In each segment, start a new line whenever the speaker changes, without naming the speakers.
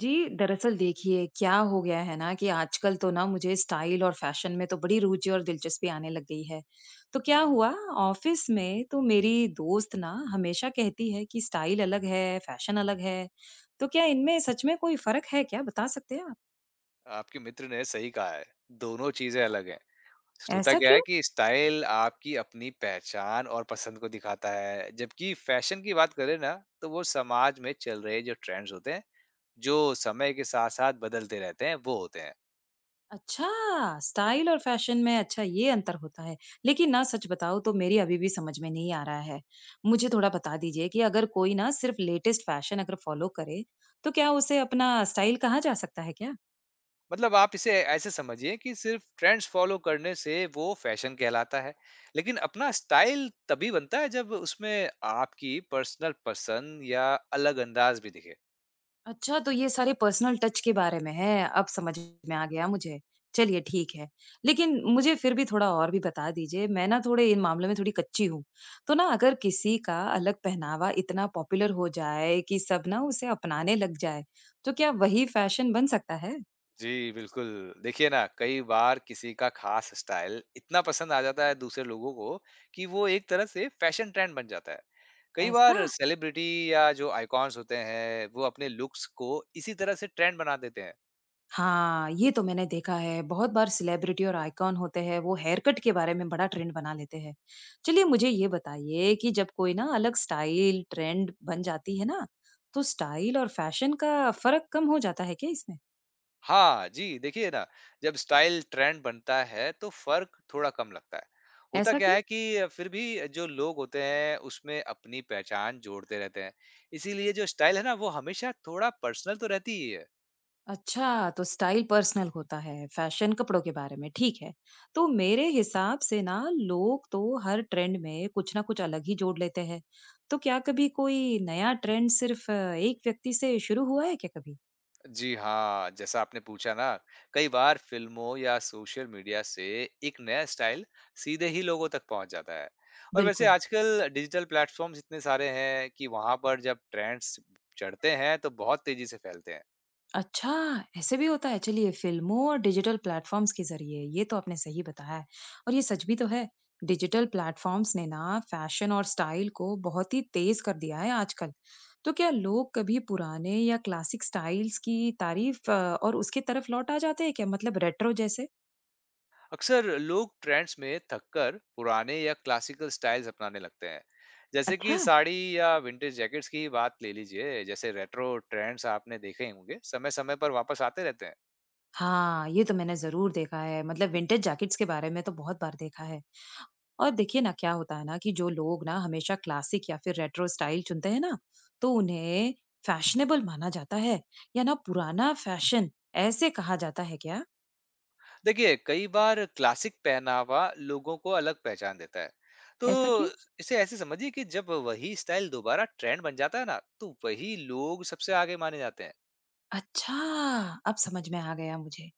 जी, दरअसल देखिए क्या हो गया है ना कि आजकल तो ना मुझे स्टाइल और फैशन में तो बड़ी रुचि और दिलचस्पी आने लग गई है। तो क्या हुआ ऑफिस में तो मेरी दोस्त ना हमेशा कहती है कि स्टाइल अलग है, फैशन अलग है। तो क्या इनमें सच में कोई फर्क है क्या? बता सकते हैं आप?
आपके मित्र ने सही कहा है, दोनों चीज़ें अलग हैं। होता
ऐसा
क्या है
क्यों?
कि स्टाइल आपकी अपनी पहचान और पसंद को दिखाता है, जबकि फैशन की बात करें ना, तो वो समाज में चल रहे जो ट्रेंड्स होते हैं, जो समय के साथ-साथ बदलते रहते हैं, वो होते हैं।
अच्छा! स्टाइल और फ़ैशन में अच्छा ये अंतर होता है। लेकिन ना सच बताऊँ तो मेरी अभी भी समझ में नहीं आ रहा है। मुझे थोड़ा बता दीजिए कि अगर कोई ना सिर्फ़ लेटेस्ट फ़ैशन अगर फ़ॉलो करे, तो क्या उसे अपना स्टाइल कहा जा सकता है क्या?
मतलब आप इसे ऐसे समझिए कि सिर्फ़ ट्रेंड्स फ़ॉलो करने से वो फैशन कहलाता है, लेकिन अपना स्टाइल तभी बनता है जब उसमें आपकी पर्सनल पसंद या अलग अंदाज़ भी दिखे।
अच्छा, तो ये सारे पर्सनल टच के बारे में है, अब समझ में आ गया मुझे। चलिए ठीक है। लेकिन मुझे फिर भी थोड़ा और भी बता दीजिए, मैं ना थोड़े इन मामलों में थोड़ी कच्ची हूँ। तो ना अगर किसी का अलग पहनावा इतना पॉपुलर हो जाए कि सब ना उसे अपनाने लग जाए, तो क्या वही फैशन बन सकता है?
जी, बिल्कुल। देखिए ना, कई बार किसी का ख़ास स्टाइल इतना पसंद आ जाता है दूसरे लोगों को कि वो एक तरह से फ़ैशन ट्रेंड बन जाता है। कई
ऐसा?
बार सेलिब्रिटी या जो आइकॉन्स होते हैं, वो अपने लुक्स को इसी तरह से ट्रेंड बना देते हैं।
हाँ, ये तो मैंने देखा है। बहुत बार सेलिब्रिटी और आइकॉन होते हैं, वो हेयर कट के बारे में बड़ा ट्रेंड बना लेते हैं। चलिए मुझे ये बताइए कि जब कोई ना अलग स्टाइल ट्रेंड बन जाती है ना, तो स्टाइल और फैशन का फ़र्क कम हो जाता है क्या इसमें?
हाँ जी, देखिए ना, जब स्टाइल ट्रेंड बनता है तो फ़र्क थोड़ा कम लगता है। होता
ऐसा
क्या
क्यों?
है कि फिर भी जो लोग होते हैं, उसमें अपनी पहचान जोड़ते रहते हैं। इसीलिए जो स्टाइल है ना, वो हमेशा थोड़ा पर्सनल तो रहती ही है।
अच्छा, तो स्टाइल पर्सनल होता है, फैशन कपड़ों के बारे में, ठीक है। तो मेरे हिसाब से ना लोग तो हर ट्रेंड में कुछ ना कुछ अलग ही जोड़ लेते हैं। तो क्या कभी कोई नया ट्रेंड सिर्फ एक व्यक्ति से शुरू हुआ है क्या कभी?
जी हाँ, जैसा आपने पूछा ना, कई बार फिल्मों या सोशल मीडिया से एक नया स्टाइल सीधे ही लोगों तक पहुंच जाता है। और वैसे
बिल्कुल।
आजकल डिजिटल प्लेटफॉर्म्स इतने सारे हैं कि वहां पर जब ट्रेंड्स चढ़ते हैं तो बहुत तेजी से फैलते हैं।
अच्छा, ऐसे भी होता है। चलिए, फ़िल्मों और डिजिटल प्लेटफ़ॉर्म्स के ज़रिए, ये तो आपने सही बताया है और ये सच भी तो है। डिजिटल प्लेटफ़ॉर्म्स ने ना फ़ैशन और स्टाइल को बहुत ही तेज़ कर दिया है आजकल। तो क्या लोग कभी पुराने या क्लासिक स्टाइल्स की तारीफ़ और उसकी तरफ लौट आ जाते हैं क्या? मतलब रेट्रो जैसे?
अक्सर लोग ट्रेंड्स में थककर पुराने या क्लासिकल स्टाइल्स अपनाने लगते हैं। जैसे कि
अच्छा!
साड़ी या विंटेज जैकेट्स की ही बात ले लीजिए, जैसे रेट्रो ट्रेंड्स आपने देखे ही होंगे, समय-समय पर वापस आते रहते हैं।
हाँ, ये तो मैंने ज़रूर देखा है। मतलब विंटेज जैकेट्स के बारे में तो बहुत बार देखा है। और देखिए ना क्या होता है ना कि जो लोग ना हमेशा क्लासिक या फिर रेट्रो स्टाइल चुनते हैं ना तो उन्हें फैशनेबल माना जाता है या ना पुराना फैशन ऐसे कहा जाता है क्या?
देखिए कई बार क्लासिक पहनावा लोगों को अलग पहचान देता है, तो
ऐसा क्यों?
इसे ऐसे समझिए कि जब वही स्टाइल दोबारा ट्रेंड बन जाता है ना, तो वही लोग सबसे आगे माने जाते हैं।
अच्छा, अब समझ में आ गया मुझे।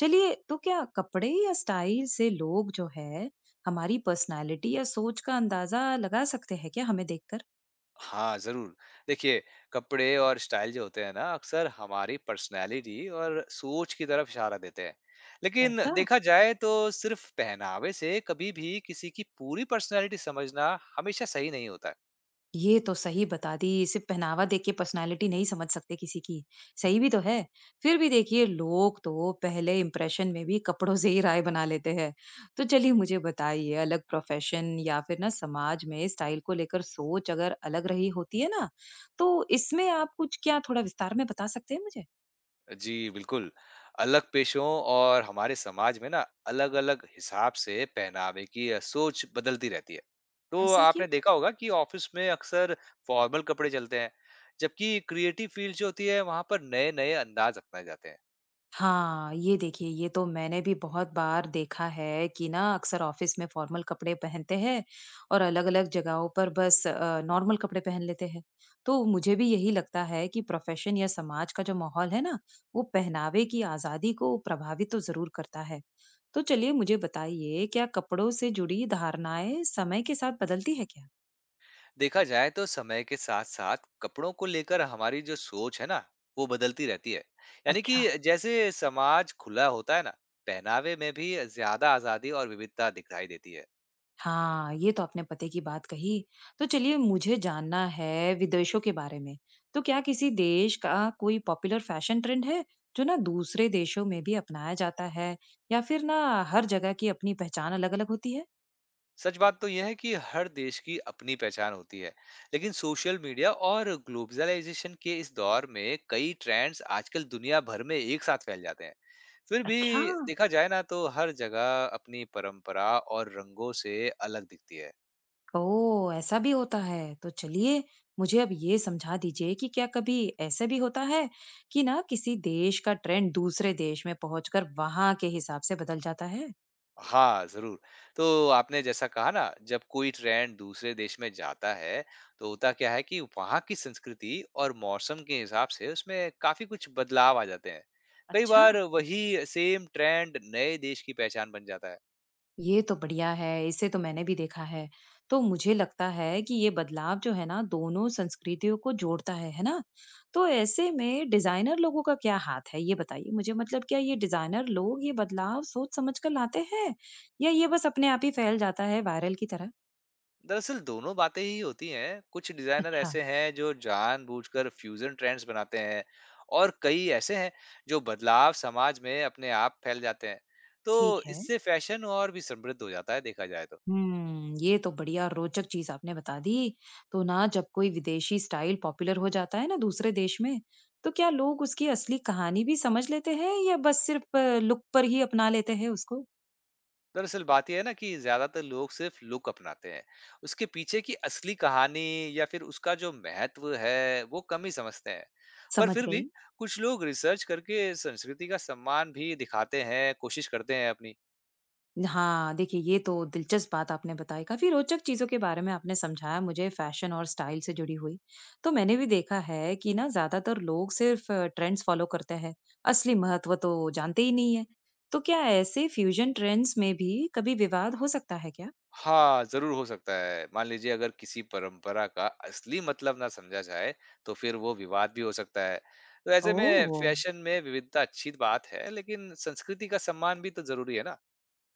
चलिए, तो क्या कपड़े या स्टाइल से लोग जो है हमारी पर्सनालिटी या सोच का अंदाजा लगा सकते हैं क्या हमें देखकर?
हाँ जरूर, देखिए, कपड़े और स्टाइल जो होते हैं ना, अक्सर हमारी पर्सनैलिटी और सोच की तरफ इशारा देते हैं। लेकिन
ऐसा?
देखा जाए तो सिर्फ पहनावे से कभी भी किसी की पूरी पर्सनैलिटी समझना हमेशा सही नहीं होता।
ये तो सही बता दी, सिर्फ पहनावा देख के पर्सनालिटी नहीं समझ सकते किसी की। सही भी तो है। फिर भी देखिए लोग तो पहले इंप्रेशन में भी कपड़ों से ही राय बना लेते हैं। तो चलिए मुझे बताइए, अलग प्रोफेशन या फिर ना समाज में स्टाइल को लेकर सोच अगर अलग रही होती है ना, तो इसमें आप कुछ क्या थोड़ा विस्तार में बता सकते हैं मुझे?
जी, बिल्कुल। अलग पेशों और हमारे समाज में ना, अलग-अलग हिसाब से पहनावे की सोच बदलती रहती है। तो
ऐसा क्यों?
आपने देखा होगा कि ऑफ़िस में अक्सर फ़ॉर्मल कपड़े चलते हैं, जबकि क्रिएटिव फ़ील्ड जो होती है वहाँ पर नए-नए अंदाज़ अपनाए जाते हैं।
हाँ, ये देखिए ये तो मैंने भी बहुत बार देखा है कि ना अक्सर ऑफिस में फॉर्मल कपड़े पहनते हैं और अलग-अलग जगहों पर बस नॉर्मल कपड़े पहन लेते हैं। तो मुझे भी यही लगता है कि प्रोफेशन या समाज का जो माहौल है ना, वो पहनावे की आज़ादी को प्रभावित तो ज़रूर करता है। तो चलिए मुझे बताइए क्या कपड़ों से जुड़ी धारणाएँ समय के साथ बदलती है क्या?
देखा जाए तो समय के साथ-साथ कपड़ों को लेकर हमारी जो सोच है ना, वो बदलती रहती है। यानी कि
अच्छा।
जैसे समाज खुला होता है ना, पहनावे में भी ज़्यादा आज़ादी और विविधता दिखाई देती है।
हाँ, ये तो आपने पते की बात कही। तो चलिए मुझे जानना है विदेशों के बारे में। तो क्या किसी देश का कोई पॉपुलर फैशन ट्रेंड है जो ना दूसरे देशों में भी अपनाया जाता है या फिर ना हर जगह की अपनी पहचान अलग-अलग होती है?
सच बात तो यह है कि हर देश की अपनी पहचान होती है, लेकिन सोशल मीडिया और ग्लोबलाइजेशन के इस दौर में कई ट्रेंड्स आजकल दुनिया भर में एक साथ फैल जाते हैं। फिर भी
अच्छा।
देखा जाए ना, तो हर जगह अपनी परंपरा और रंगों से अलग दिखती है।
ओह! ऐसा भी होता है। तो चलिए मुझे अब ये समझा दीजिए कि क्या कभी ऐसा भी होता है कि ना किसी देश का ट्रेंड दूसरे देश में पहुंचकर वहां के हिसाब से बदल जाता है?
हाँ, ज़रूर। तो आपने जैसा कहा ना, जब कोई ट्रेंड दूसरे देश में जाता है, तो होता क्या है कि वहाँ की संस्कृति और मौसम के हिसाब से उसमें काफ़ी कुछ बदलाव आ जाते हैं। कई
अच्छा,
बार वही सेम ट्रेंड नए देश की पहचान बन जाता है।
ये तो बढ़िया है, इसे तो मैंने भी देखा है। तो मुझे लगता है कि ये बदलाव जो है ना दोनों संस्कृतियों को जोड़ता है ना? तो ऐसे में डिज़ाइनर लोगों का क्या हाथ है? ये बताइए मुझे, मतलब क्या ये डिज़ाइनर लोग ये बदलाव सोच समझ कर लाते हैं? या ये बस अपने आप ही फैल जाता है वायरल की तरह?
दरअसल दोनों बातें ही होती हैं। कुछ डिज़ाइनर
अच्छा,
ऐसे हैं जो जानबूझकर फ्यूज़न ट्रेंड्स बनाते हैं और कई ऐसे हैं जो बदलाव समाज में अपने आप फैल जाते हैं।
ठीक
तो
है।
इससे फैशन और भी समृद्ध हो जाता है देखा जाए तो।
हुँ, ये तो बढ़िया रोचक चीज़ आपने बता दी। तो ना जब कोई विदेशी स्टाइल पॉपुलर हो जाता है ना दूसरे देश में, तो क्या लोग उसकी असली कहानी भी समझ लेते हैं या बस सिर्फ लुक पर ही अपना लेते हैं उसको?
दरअसल बात यह है ना कि ज्यादातर लोग सिर्फ लुक अपनाते हैं, उसके पीछे की असली कहानी या फिर उसका जो महत्व है वो कम ही समझते हैं। पर
समझ
फिर भी
गई।
कुछ लोग रिसर्च करके संस्कृति का सम्मान भी दिखाते हैं, कोशिश करते हैं अपनी।
हाँ, देखिए ये तो दिलचस्प बात आपने बताई। काफ़ी रोचक चीज़ों के बारे में आपने समझाया मुझे फ़ैशन और स्टाइल से जुड़ी हुई। तो मैंने भी देखा है कि ना ज़्यादातर लोग सिर्फ़ ट्रेंड्स फ़ॉलो करते हैं, असली महत्व तो जानते ही नहीं है। तो क्या ऐसे फ्यूज़न ट्रेंड्स में भी कभी विवाद हो सकता है क्या?
हाँ जरूर हो सकता है। मान लीजिए अगर किसी परंपरा का असली मतलब ना समझा जाए, तो फिर वो विवाद भी हो सकता है। तो ऐसे में
ओह!
फैशन में विविधता अच्छी बात है, लेकिन संस्कृति का सम्मान भी तो जरूरी है ना।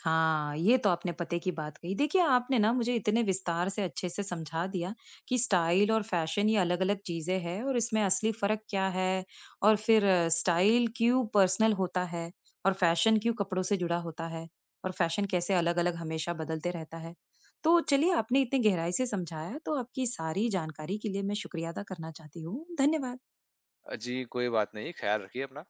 हाँ, ये तो आपने पते की बात कही। देखिए, आपने ना मुझे इतने विस्तार से अच्छे से समझा दिया कि स्टाइल और फैशन ये अलग-अलग चीज़ें हैं और इसमें असली फ़र्क क्या है और फिर स्टाइल क्यों पर्सनल होता है और फैशन क्यों कपड़ों से जुड़ा होता है और फैशन कैसे अलग-अलग हमेशा बदलते रहता है। तो चलिए, आपने इतनी गहराई से समझाया, तो आपकी सारी जानकारी के लिए मैं शुक्रिया अदा करना चाहती हूँ। धन्यवाद।
जी कोई बात नहीं, ख्याल रखिए अपना।